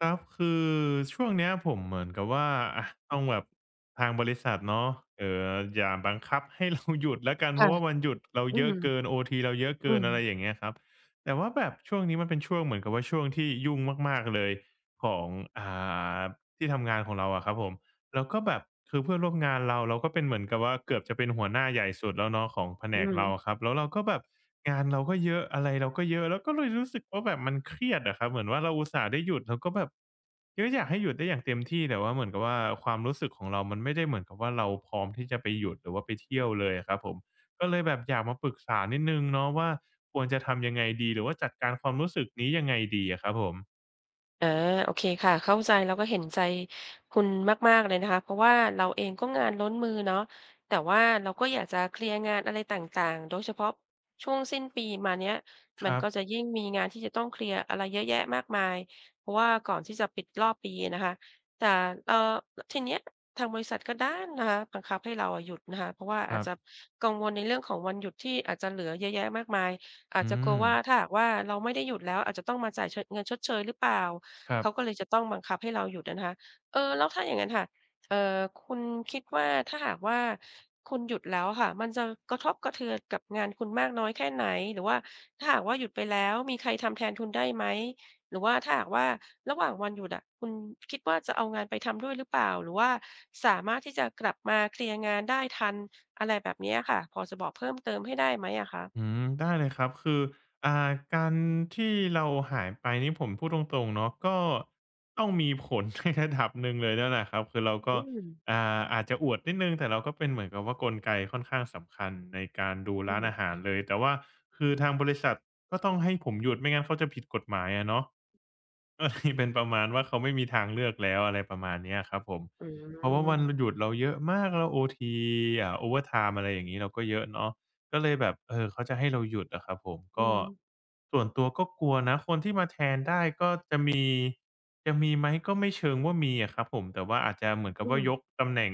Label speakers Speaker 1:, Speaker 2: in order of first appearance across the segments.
Speaker 1: ครับคือช่วงเนี้ยผมเหมือนกับว่าอะต้องแบบทางบริษัทเนาะเอ่ออย่าบังคับให้เราหยุดแล้วกันเพ
Speaker 2: ค่ะ
Speaker 1: ราะว่าวันหยุดเรา
Speaker 2: อื
Speaker 1: เยอะ
Speaker 2: ม
Speaker 1: เกินโอทีเราเยอะ
Speaker 2: อื
Speaker 1: เกิน
Speaker 2: ม
Speaker 1: อะไรอย่างเงี้ยครับแต่ว่าแบบช่วงนี้มันเป็นช่วงเหมือนกับว่าช่วงที่ยุ่งมากๆเลยของอ่าที่ทำงานของเราอะครับผม แล้วก็แบบคือเพื่อนร่วมงานเราเราก็เป็นเหมือนกับว่าเกือบจะเป็นหัวหน้าใหญ่สุดแล้วเนาะของแผน
Speaker 2: อื
Speaker 1: กเรา
Speaker 2: ม
Speaker 1: อะครับแล้วเราก็แบบงานเราก็เยอะอะไรเราก็เยอะแล้วก็เลยรู้สึกว่าแบบมันเครียดอะครับเหมือนว่าเราอุตส่าห์ได้หยุดเราก็แบบก็อยากให้หยุดได้อย่างเต็มที่แต่ว่าเหมือนกับว่าความรู้สึกของเรามันไม่ได้เหมือนกับว่าเราพร้อมที่จะไปหยุดหรือว่าไปเที่ยวเลยอะครับผมก็เลยแบบอยากมาปรึกษานิดนึงเนาะว่าควรจะทำยังไงดีหรือว่าจัดการความรู้สึกนี้ยังไงดีอะครับผม
Speaker 2: อาโอเคค่ะเข้าใจแล้วก็เห็นใจคุณมากๆเลยนะคะเพราะว่าเราเองก็งานล้นมือเนาะแต่ว่าเราก็อยากจะเคลียร์งานอะไรต่างๆโดยเฉพาะช่วงสิ้นปีมาเนี้ย
Speaker 1: ค
Speaker 2: มัน
Speaker 1: รับ
Speaker 2: ก็จะยิ่งมีงานที่จะต้องเคลียร์อะไรเยอะแยะมากมายเพราะว่าก่อนที่จะปิดรอบปีอะนะคะแต่เอ่อทีเนี้ยทางบริษัทก็ด้านนะคะบังคับให้เราอะหยุดนะคะเพราะว่า
Speaker 1: ค
Speaker 2: อาจ
Speaker 1: รั
Speaker 2: จะ
Speaker 1: บ
Speaker 2: กังวลในเรื่องของวันหยุดที่อาจจะเหลือเยอะแยะมากมายอาจ
Speaker 1: อื
Speaker 2: จะกลั
Speaker 1: ม
Speaker 2: วว่าถ้าหากว่าเราไม่ได้หยุดแล้วอาจจะต้องมาจ่ายชเงินชดเชยหรือเปล่า
Speaker 1: ครั
Speaker 2: เขาก็
Speaker 1: บ
Speaker 2: เลยจะต้องบังคับให้เราหยุดอะนะคะเออแล้วถ้าอย่างงั้นค่ะเอ่อคุณคิดว่าถ้าหากว่าคุณหยุดแล้วอะค่ะมันจะกระทบกระเทือนกับงานคุณมากน้อยแค่ไหน หรือว่าถ้าหากว่าหยุดไปแล้วมีใครทำแทนคุณได้ไหมหรือว่าถ้าหากว่าระหว่างวันหยุดอะคุณคิดว่าจะเอางานไปทำด้วยหรือเปล่าหรือว่าสามารถที่จะกลับมาเคลียร์งานได้ทันอะไรแบบเนี้ยค่ะพอจะบอกเพิ่มเติมให้ได้ไหมอะคะ
Speaker 1: อืมได้เลยครับคืออ่าการที่เราหายไปนี่ผมพูดตรงๆเนาะก็ต้องมีผล ในระดับหนึ่งเลยนั่นแหละครับคือเราก็
Speaker 2: อืม
Speaker 1: อาจจะอวดนิดหนึ่งแต่เราก็เป็นเหมือนกับว่ากลไกค่อนข้างสำคัญในการดู
Speaker 2: อื
Speaker 1: ร้านอา
Speaker 2: อ
Speaker 1: หารเลยแต่ว่าคือทางบริษัทก็ต้องให้ผมหยุดไม่งั้นเขาจะผิดกฎหมายอะเนาะ ก็เลยเป็นประมาณว่าเขาไม่มีทางเลือกแล้วอะไรประมาณเนี้ยครับผม
Speaker 2: อื
Speaker 1: เพราะว่าวั
Speaker 2: ม
Speaker 1: นหยุดเราเยอะมากเราโอทีโอเวอร์ไทม์อะไรอย่างงี้เราก็เยอะเนาะก็เลยแบบเออเขาจะให้เราหยุดอะครับผม
Speaker 2: อื
Speaker 1: ก็
Speaker 2: ม
Speaker 1: ส่วนตัวก็กลัวนะคนที่มาแทนได้ก็จะมีไหมก็ไม่เชิงว่ามีอะครับผมแต่ว่าอาจจะเหมือนกับ
Speaker 2: อ
Speaker 1: ว่า
Speaker 2: ม
Speaker 1: ยกตำแหน่ง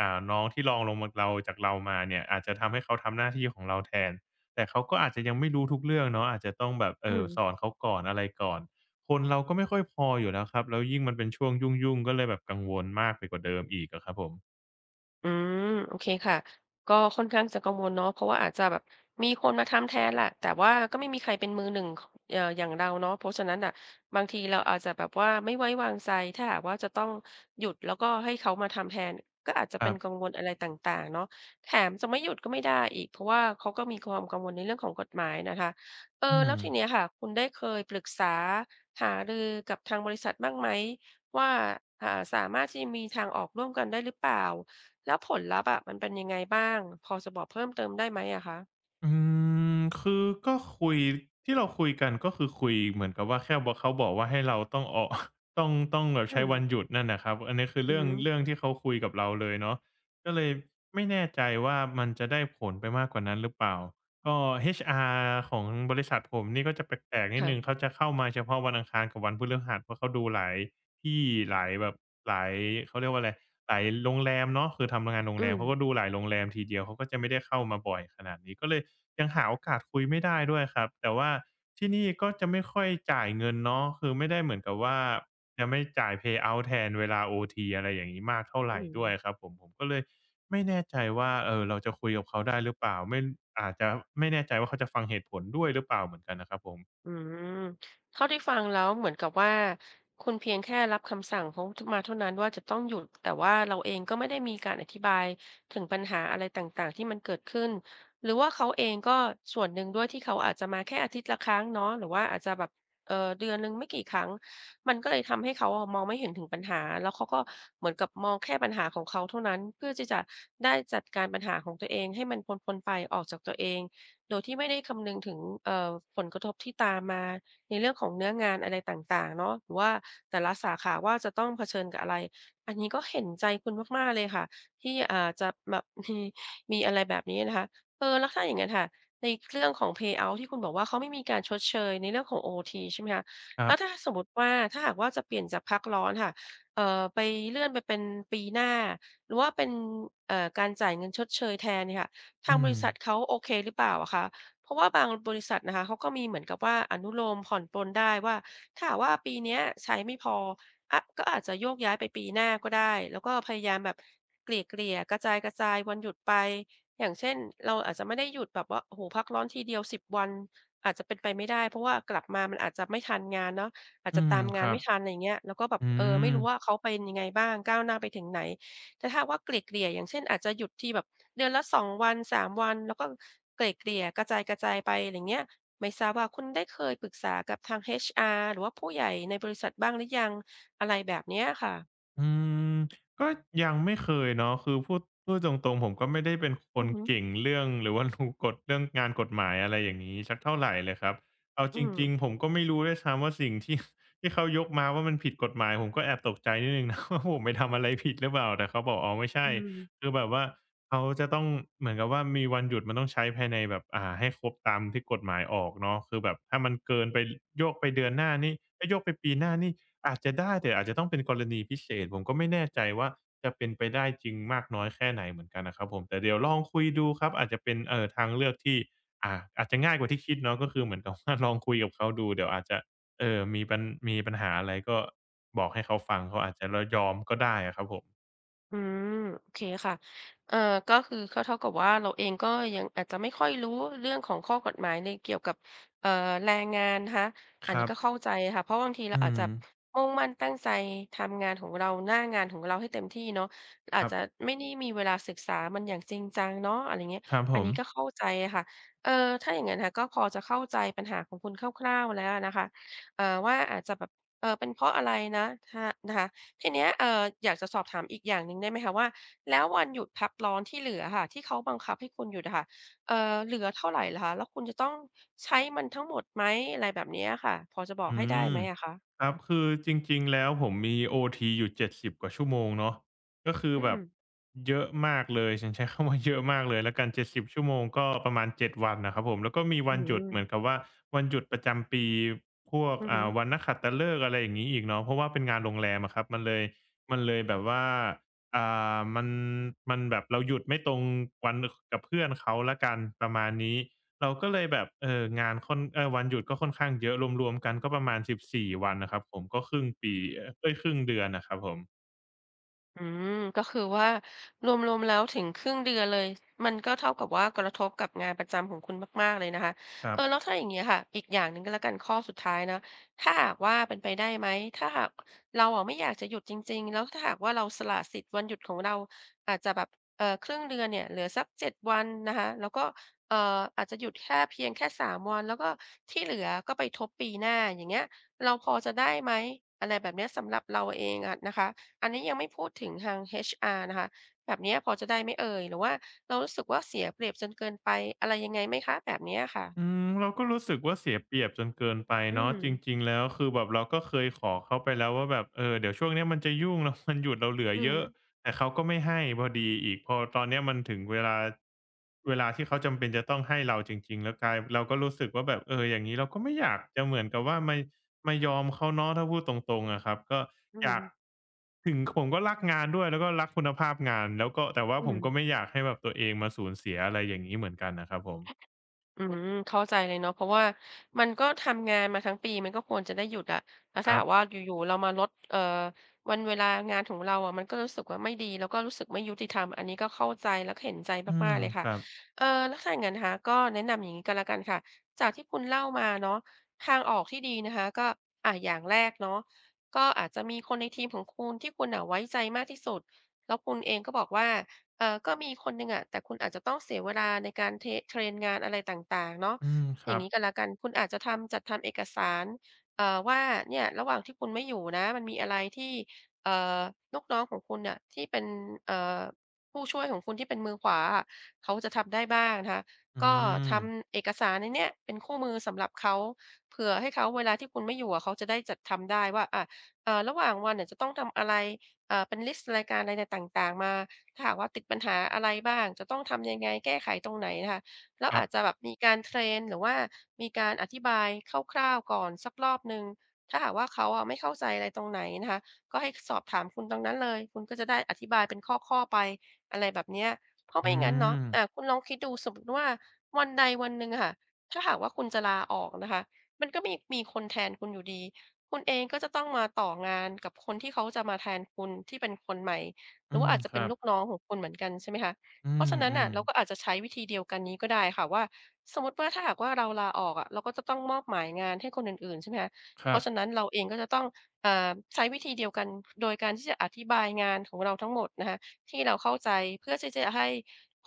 Speaker 1: น้องที่รองลงมาเราจากเรามาเนี่ยอาจจะทำให้เขาทำหน้าที่ของเราแทนแต่เขาก็อาจจะยังไม่รู้ทุกเรื่องเนาะอาจจะต้องแบบ
Speaker 2: อื
Speaker 1: สอน
Speaker 2: ม
Speaker 1: เขาก่อนอะไรก่อน คนเราก็ไม่ค่อยพออยู่แล้วครับแล้วยิ่งมันเป็นช่วงยุ่งๆก็เลยแบบกังวลมากไปกว่าเดิมอีกอะครับผม
Speaker 2: อืมโอเคค่ะก็ค่อนข้างจะกังวลเนาะเพราะว่าอาจจะแบบมีคนมาทำแทนแหละแต่ว่าก็ไม่มีใครเป็นมือหนึ่งอย่างเราเนาะเพราะฉะนั้นน่ะบางทีเราอาจจะแบบว่าไม่ไว้วางใจถ้าหากว่าจะต้องหยุดแล้วก็ให้เขามาทำแทนก็อาจจะ
Speaker 1: ค
Speaker 2: เป็
Speaker 1: รั
Speaker 2: น
Speaker 1: บ
Speaker 2: กังวลอะไรต่างๆเนาะแถมจะไม่หยุดก็ไม่ได้อีกเพราะว่าเขาก็มีความกังวลในเรื่องของกฎหมายนะคะเออ
Speaker 1: อื
Speaker 2: แล้
Speaker 1: ม
Speaker 2: วทีเนี้ยค่ะคุณได้เคยปรึกษาหารือกับทางบริษัทบ้างไหมว่าอ่าสามารถที่จะมีทางออกร่วมกันได้หรือเปล่า แล้วผลลัพธ์อะมันเป็นยังไงบ้างพอจะบอกเพิ่มเติมได้ไหมอะคะ
Speaker 1: อืมคือก็คุยที่เราคุยกันก็คือคุยเหมือนกับว่าแค่ว่าเขาบอกว่าให้เราต้องออก ต้องแบบ
Speaker 2: อื
Speaker 1: ใช้
Speaker 2: ม
Speaker 1: วันหยุดนั่นน่ะครับอันนี้คือ
Speaker 2: อือ
Speaker 1: เรื่อง
Speaker 2: ฮึ
Speaker 1: เรื่องที่เขาคุยกับเราเลยเนาะก็เลยไม่แน่ใจว่ามันจะได้ผลไปมากกว่านั้นหรือเปล่า ก็ HR ของบริษัทผมนี่ก็จะแปลกๆนิดหนึ่ง
Speaker 2: ค่ะ
Speaker 1: เขาจะเข้ามาเฉพาะวันอังคารกับวันพฤหัสเพราะเขาดูหลายที่หลายแบบหลายเขาเรียกว่าอะไรหลายโรงแรมเนาะคือทำงานโรง
Speaker 2: อื
Speaker 1: แรม
Speaker 2: ม
Speaker 1: เขาก็ดูหลายโรงแรมทีเดียวเขาก็จะไม่ได้เข้ามาบ่อยขนาดนี้ก็เลยยังหาโอกาสคุยไม่ได้ด้วยครับแต่ว่าที่นี่ก็จะไม่ค่อยจ่ายเงินเนาะคือไม่ได้เหมือนกับว่าจะไม่จ่ายเพย์เอาต์แทนเวลาโอทีอะไรอย่างงี้มากเท่าไร
Speaker 2: อืม
Speaker 1: ด้วยครับผมผมก็เลย ไม่แน่ใจว่าเออเราจะคุยกับเขาได้หรือเปล่าไม่อาจจะไม่แน่ใจว่าเขาจะฟังเหตุผลด้วยหรือเปล่าเหมือนกันนะครับผม
Speaker 2: อืมเท่าที่ฟังแล้วเหมือนกับว่าคุณเพียงแค่รับคำสั่งเขามาเท่านั้นว่าจะต้องหยุดแต่ว่าเราเองก็ไม่ได้มีการอธิบายถึงปัญหาอะไรต่างๆที่มันเกิดขึ้นหรือว่าเขาเองก็ส่วนหนึ่งด้วยที่เขาอาจจะมาแค่อาทิตย์ละครั้งเนาะหรือว่าอาจจะแบบเออเดือนหนึ่งไม่กี่ครั้งมันก็เลยทำให้เขาอะมองไม่เห็นถึงปัญหาแล้วเขาก็เหมือนกับมองแค่ปัญหาของเขาเท่านั้นเพื่อที่จะได้จัดการปัญหาของตัวเองให้มันพ้นๆไปออกจากตัวเอง โดยที่ไม่ได้คำนึงถึงเอ่อผลกระทบที่ตามมาในเรื่องของเนื้องานอะไรต่างๆเนาะหรือว่าแต่ละสาขาว่าจะต้องเผชิญกับอะไรอันนี้ก็เห็นใจคุณมากๆเลยค่ะที่จะแบบ มีมีอะไรแบบนี้นะคะเออแล้วถ้าอย่างงั้นค่ะในเรื่องของเพย์เอาต์ที่คุณบอกว่าเขาไม่มีการชดเชยในเรื่องของโอทีใช่ไหมคะ
Speaker 1: ครั
Speaker 2: แล้วถ้า
Speaker 1: บ
Speaker 2: สมมุติว่าถ้าหากว่าจะเปลี่ยนจากพักร้อนค่ะเอ่อไปเลื่อนไปเป็นปีหน้าหรือว่าเป็นการจ่ายเงินชดเชยแทนเนี่ยค่ะ ทาง
Speaker 1: อื
Speaker 2: บ
Speaker 1: ม
Speaker 2: ริษัทเขาโอเคหรือเปล่าอะคะเพราะว่าบางบริษัทนะคะเขาก็มีเหมือนกับว่าอนุโลมผ่อนปรนได้ว่าถ้าหากว่าปีเนี้ยใช้ไม่พออะก็อาจจะโยกย้ายไปปีหน้าก็ได้แล้วก็พยายามแบบเกลี่ยเกลี่ยกระจายกระจายวันหยุดไปอย่างเช่นเราอาจจะไม่ได้หยุดแบบว่าโอ้โหพักร้อนทีเดียวสิบวันอาจจะเป็นไปไม่ได้เพราะว่ากลับมามันอาจจะไม่ทันงานเนาะอาจ
Speaker 1: อื
Speaker 2: จะ
Speaker 1: ม
Speaker 2: ตาม
Speaker 1: ค
Speaker 2: งาน
Speaker 1: รับ
Speaker 2: ไม่ทันอะไรเงี้ยแล้วก็แบบ
Speaker 1: อื
Speaker 2: เออไม่
Speaker 1: ม
Speaker 2: รู้ว่าเขาเป็นยังไงบ้างก้าวหน้าไปถึงไหน แต่ถ้าหากว่าเกลี่ยๆอย่างเช่นอาจจะหยุดทีแบบเดือนละ2วัน3วันแล้วก็เกลี่ยๆกระจายๆไปอะไรเงี้ยไม่ทราบว่าคุณได้เคยปรึกษากับทาง HR หรือว่าผู้ใหญ่ในบริษัทบ้างหรือยังอะไรแบบเนี้ยค่ะ
Speaker 1: อืมก็ยังไม่เคยเนาะคือพูดตรงๆผมก็ไม่ได้เป็นค
Speaker 2: อื
Speaker 1: น
Speaker 2: อหือ
Speaker 1: เก่งเรื่องหรือว่า รู้กฎเรื่องงานกฎหมายอะไรอย่างงี้สักเท่าไรเลยครับเอา
Speaker 2: อื
Speaker 1: จ
Speaker 2: ม
Speaker 1: ริงๆผมก็ไม่รู้ด้วยซ้ำว่าสิ่งที่ ที่เขายกมาว่ามันผิดกฎหมายผมก็แอบตกใจนิดหนึ่งนะ ว่าผมไปทำอะไรผิดหรือเปล่าแต่เขาบอกอ๋อไม่
Speaker 2: อื
Speaker 1: ใช่
Speaker 2: ม
Speaker 1: คือแบบว่าเขาจะต้องเหมือนกับว่ามีวันหยุดมันต้องใช้ภายในแบบให้ครบตามที่กฎหมายออกเนาะคือแบบถ้ามันเกินไปโยกไปเดือนหน้านี่เอ๊ยโยกไปปีหน้านี่ อาจจะได้แต่อาจจะต้องเป็นกรณีพิเศษผมก็ไม่แน่ใจว่าจะเป็นไปได้จริงมากน้อยแค่ไหนเหมือนกันนะครับผมแต่เดี๋ยวลองคุยดูครับอาจจะเป็นทางเลือกที่อาจจะง่ายกว่าที่คิดเนาะก็คือเหมือนกับว่า ลองคุยกับเขาดูเดี๋ยวอาจจะมีมีปัญหาอะไรก็บอกให้เขาฟังเขาอาจจะรยอมก็ได้อะครับผม
Speaker 2: อืมโอเคค่ะเอ่อก็คือก็เท่ากับว่าเราเองก็ยังอาจจะไม่ค่อยรู้เรื่องของข้อกฎหมายในเกี่ยวกับเอ่อแรงงานนะคะอั
Speaker 1: ค
Speaker 2: นนี้
Speaker 1: รับ
Speaker 2: ก็เข้าใจค่ะเพราะบางทีเรา
Speaker 1: อื
Speaker 2: อาจจะ
Speaker 1: ม
Speaker 2: มุ่งมั่นตั้งใจทำงานของเราหน้างานของเราให้เต็มที่เนาะอา
Speaker 1: ค
Speaker 2: จ
Speaker 1: รั
Speaker 2: จะ
Speaker 1: บ
Speaker 2: ไม่ได้มีเวลาศึกษามันอย่างจริงจังเนาะอะไรเงี้ย
Speaker 1: ครับผ
Speaker 2: อัน
Speaker 1: ม
Speaker 2: นี้ก็เข้าใจค่ะเอ่อถ้าอย่างงั้นค่ะก็พอจะเข้าใจปัญหาของคุณคร่าวๆแล้วอะนะคะว่าอาจจะแบบเป็นเพราะอะไรนะถ้านะคะ ทีเนี้ยอยากจะสอบถามอีกอย่างหนึ่งได้ไหมคะว่าแล้ววันหยุดพักร้อนที่เหลือค่ะที่เขาบังคับให้คุณหยุดอะค่ะเหลือเท่าไรเหรอคะแล้วคุณจะต้องใช้มันทั้งหมดไหมอะไรแบบเนี้ยค่ะพอจะบอก
Speaker 1: อื
Speaker 2: ให้ได้
Speaker 1: ม
Speaker 2: ไหมอะคะ
Speaker 1: ครับคือจริงๆแล้วผมมีโอทีอยู่70กว่าชั่วโมงเนาะก็คือ
Speaker 2: อื
Speaker 1: แบ
Speaker 2: ม
Speaker 1: บเยอะมากเลยฉันใช้คำว่า เยอะมากเลยแล้วกัน70ชั่วโมงก็ประมาณเจ็ดวันนะครับผมแล้วก็มี
Speaker 2: อื
Speaker 1: วันหยุดเหมือน
Speaker 2: ม
Speaker 1: กับว่าวันหยุดประจำปีพวก
Speaker 2: อือฮึ
Speaker 1: วันนักขัตฤกษ์อะไรอย่างงี้อีกเนาะเพราะว่าเป็นงานโรงแรมอะครับมันเลยมันเลยแบบว่าอ่มันมันแบบเราหยุดไม่ตรงวันกับเพื่อนเขาแล้วกันประมาณนี้ เราก็เลยแบบเอองานค่อนเออวันหยุดก็ค่อนข้างเยอะรวมๆกันก็ประมาณ14วันนะครับผมก็ครึ่งปีเอ้ยครึ่งเดือนน่ะครับผม
Speaker 2: อืมก็คือว่ารวมๆแล้วถึงครึ่งเดือนเลยมันก็เท่ากับว่ากระทบกับงานประจำของคุณมากๆเลยนะคะ
Speaker 1: ครั
Speaker 2: เออ
Speaker 1: บ
Speaker 2: แล้วถ้าอย่างเงี้ยค่ะอีกอย่างหนึ่งก็แล้วกันข้อสุดท้ายนะถ้าหากว่าเป็นไปได้ไหมถ้าหากเราอะไม่อยากจะหยุดจริงๆแล้วถ้าหากว่าเราสละสิทธิ์วันหยุดของเราอาจจะแบบครึ่งเดือนเนี่ยเหลือสัก7 วันนะคะแล้วก็เอ่ออาจจะหยุดแค่เพียงแค่3วันแล้วก็ที่เหลือก็ไปทบปีหน้าอย่างเงี้ยเราพอจะได้ไหมอะไรแบบเนี้ยสำหรับเราเองอะนะคะ อันนี้ยังไม่พูดถึงทาง HR นะคะ แบบเนี้ยพอจะได้ไหมเอ่ยหรือว่าเรารู้สึกว่าเสียเปรียบจนเกินไปอะไรยังไงไหมคะแบบเนี้ย
Speaker 1: อื
Speaker 2: ค่ะ
Speaker 1: มเราก็รู้สึกว่าเสียเปรียบจนเกินไป
Speaker 2: อื
Speaker 1: เนาะ
Speaker 2: ม
Speaker 1: จริงๆแล้วคือแบบเราก็เคยขอเขาไปแล้วว่าแบบเออเดี๋ยวช่วงเนี้ยมันจะยุ่งแล้ววัน หยุดเราเหลือ
Speaker 2: อือ
Speaker 1: เย
Speaker 2: ฮึ
Speaker 1: อะแต่เขาก็ไม่ให้พอดีอีกพอตอนเนี้ยมันถึงเวลาที่เขาจำเป็นจะต้องให้เราจริงๆแล้วกลายเราก็รู้สึกว่าแบบเอออย่างงี้เราก็ไม่อยากจะเหมือนกับว่ามายอมเขาเนาะถ้าพูดตรงๆอะครับก็
Speaker 2: อื
Speaker 1: อยา
Speaker 2: ม
Speaker 1: กถึงผมก็รักงานด้วยแล้วก็รักคุณภาพงานแล้วก็แต่ว่า
Speaker 2: อื
Speaker 1: ผม
Speaker 2: ม
Speaker 1: ก็ไม่อยากให้แบบตัวเองมาสูญเสียอะไรอย่างงี้เหมือนกันน่ะครับผม
Speaker 2: อืมเข้าใจเลยเนาะเพราะว่ามันก็ทำงานมาทั้งปีมันก็ควรจะได้หยุดอะแล้ว
Speaker 1: ค
Speaker 2: ถ้า
Speaker 1: รั
Speaker 2: หา
Speaker 1: บ
Speaker 2: กว่าอยู่ๆเรามาลดวันเวลางานของเราอะมันก็รู้สึกว่าไม่ดีแล้วก็รู้สึกไม่ยุติธรรมอันนี้ก็เข้าใจแล้วก็เห็นใจ
Speaker 1: อื
Speaker 2: มา
Speaker 1: ม
Speaker 2: กๆเลย
Speaker 1: ค
Speaker 2: ค่ะ
Speaker 1: รับ
Speaker 2: แล้วถ้าอย่างงั้นนะคะก็แนะนำอย่างงี้ก็แล้วกันค่ะจากที่คุณเล่ามาเนาะทางออกที่ดีนะคะก็อ่าอย่างแรกเนาะก็อาจจะมีคนในทีมของคุณที่คุณน่ะไว้ใจมากที่สุดแล้วคุณเองก็บอกว่า ก็มีคนหนึ่งอะแต่คุณอาจจะต้องเสียเวลาในการเทรนงานอะไรต่างๆเนาะ
Speaker 1: อืมค
Speaker 2: อ
Speaker 1: รั
Speaker 2: ย่าง
Speaker 1: บ
Speaker 2: งี้ก็แล้วกันคุณอาจจะทำจัดทำเอกสารว่าเนี่ยระหว่างที่คุณไม่อยู่นะมันมีอะไรที่เอ่อลูกน้องของคุณน่ะที่เป็นเอ่อผู้ช่วยของคุณที่เป็นมือขวาอะเขาจะทำได้บ้างนะคะ
Speaker 1: อื
Speaker 2: ก็ท
Speaker 1: ม
Speaker 2: ำเอกสารในเนี้ยเป็นคู่มือสำหรับเขาเผื่อให้เขาเวลาที่คุณไม่อยู่อะเขาจะได้จัดทำได้ว่าอะระหว่างวันเนี่ยจะต้องทำอะไรเป็นลิสต์รายการอะไรนต่างๆมา ถ้าหากว่าติดปัญหาอะไรบ้างจะต้องทำยังไงแก้ไขตรงไหนนะคะแล้ว
Speaker 1: ครั
Speaker 2: อา
Speaker 1: บ
Speaker 2: จจะแบบมีการเทรนหรือว่ามีการอธิบายคร่าวๆก่อนสักรอบหนึ่งถ้าหากว่าเขาอะไม่เข้าใจอะไรตรงไหนนะคะก็ให้สอบถามคุณตรงนั้นเลยคุณก็จะได้อธิบายเป็นข้อๆไปอะไรแบบเนี้ยเพราะ
Speaker 1: อื
Speaker 2: ไม่งั้นเนาะ
Speaker 1: ม
Speaker 2: อ่าคุณลองคิดดูสมมุติว่าวันใดวันหนึ่งอะค่ะถ้าหากว่าคุณจะลาออกนะคะมันก็มีคนแทนคุณอยู่ดีคุณเองก็จะต้องมาต่องานกับคนที่เขาจะมาแทนคุณที่เป็นคนใหม่ ห
Speaker 1: อื
Speaker 2: รือว่า
Speaker 1: ม
Speaker 2: อาจจะ
Speaker 1: ค
Speaker 2: เป็น
Speaker 1: รับ
Speaker 2: ลูกน้องของคุณเหมือนกันใช่ไหมคะ
Speaker 1: อื
Speaker 2: เพ
Speaker 1: ม
Speaker 2: ราะฉะนั้น
Speaker 1: อื
Speaker 2: น่ะ
Speaker 1: ม
Speaker 2: เราก็อาจจะใช้วิธีเดียวกันนี้ก็ได้ค่ะว่าสมมุติว่าถ้าหากว่าเราลาออกอะเราก็จะต้องมอบหมายงานให้คนอื่นๆใช่ไหมคะ
Speaker 1: ค
Speaker 2: เพ
Speaker 1: รับ
Speaker 2: ราะฉะนั้นเราเองก็จะต้องเอ่อใช้วิธีเดียวกันโดยการที่จะอธิบายงานของเราทั้งหมดนะคะที่เราเข้าใจเพื่อที่จะให้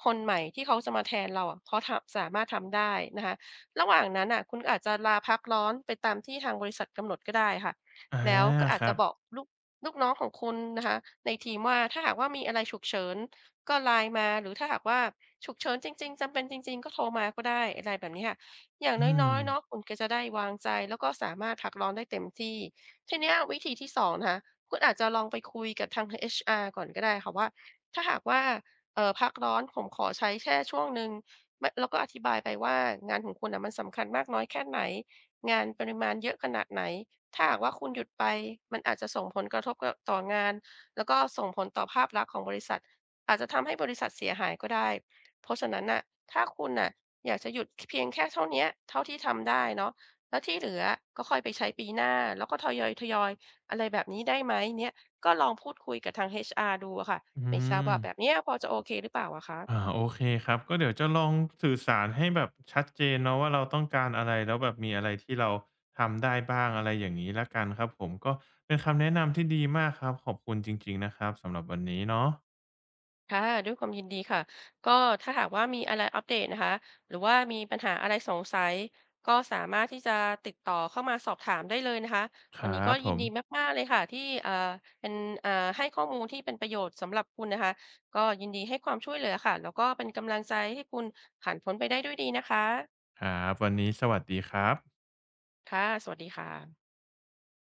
Speaker 2: คนใหม่ที่เขาจะมาแทนเราอะเขาทำสามารถทำได้นะคะระหว่างนั้นน่ะคุณก็อาจจะลาพักร้อนไปตามที่ทางบริษัทกำหนดก็ได้ค่ะ
Speaker 1: อา
Speaker 2: แล้วก็อา
Speaker 1: ค
Speaker 2: จจะ
Speaker 1: รับ
Speaker 2: บอกลูกน้องของคุณนะคะในทีมว่าถ้าหากว่ามีอะไรฉุกเฉินก็ไลน์มาหรือถ้าหากว่าฉุกเฉินจริงๆจำเป็นจริงๆก็โทรมาก็ได้อะไรแบบนี้ค่ะอย่าง
Speaker 1: อืม
Speaker 2: น้อยๆเนาะคุณก็จะได้วางใจแล้วก็สามารถพักร้อนได้เต็มที่ทีเนี้ยวิธีที่2นะคะคุณอาจจะลองไปคุยกับทาง HR ก่อนก็ได้ค่ะว่าถ้าหากว่าพักร้อนผมขอใช้แค่ช่วงหนึ่งมแล้วก็อธิบายไปว่างานของคุณน่ะมันสำคัญมากน้อยแค่ไหนงานปริมาณเยอะขนาดไหน ถ้าหากว่าคุณหยุดไปมันอาจจะส่งผลกระทบกบต่องานแล้วก็ส่งผลต่อภาพลักษณ์ของบริษัทอาจจะทำให้บริษัทเสียหายก็ได้เพราะฉะนั้นน่ะถ้าคุณน่ะอยากจะหยุดเพียงแค่เท่าเนี้ยเท่าที่ทำได้เนาะแล้วที่เหลือก็ค่อยไปใช้ปีหน้าแล้วก็ทยอยๆอยอะไรแบบนี้ได้ไหมเนี่ยก็ลองพูดคุยกับทาง HR ดูอะค่ะ
Speaker 1: อื
Speaker 2: ไม่ทราบ
Speaker 1: ม
Speaker 2: ว่าแบบเนี้ยพอจะโอเคหรือเปล่าอะคะ
Speaker 1: อาโอเคครับก็เดี๋ยวจะลองสื่อสารให้แบบชัดเจนเนาะว่าเราต้องการอะไรแล้วแบบมีอะไรที่เราทำได้บ้างอะไรอย่างงี้แล้วกันครับผมก็เป็นคำแนะนำที่ดีมากครับขอบคุณจริงๆนะครับสำหรับวันนี้เนาะ
Speaker 2: ค่ะด้วยความยินดีค่ะก็ถ้าหากว่ามีอะไรอัปเดตนะคะหรือว่ามีปัญหาอะไรสงสัยก็สามารถที่จะติดต่อเข้ามาสอบถามได้เลยนะคะ
Speaker 1: ค
Speaker 2: วันนี้
Speaker 1: รั
Speaker 2: ก็
Speaker 1: บผ
Speaker 2: ยิน
Speaker 1: ม
Speaker 2: ดีมากๆเลยค่ะที่เป็นให้ข้อมูลที่เป็นประโยชน์สำหรับคุณนะคะก็ยินดีให้ความช่วยเหลือค่ะแล้วก็เป็นกำลังใจให้คุณผ่านพ้นไปได้ด้วยดีนะคะ
Speaker 1: ครับวันนี้สวัสดีครับ
Speaker 2: ค่ะสวัสดีค่ะ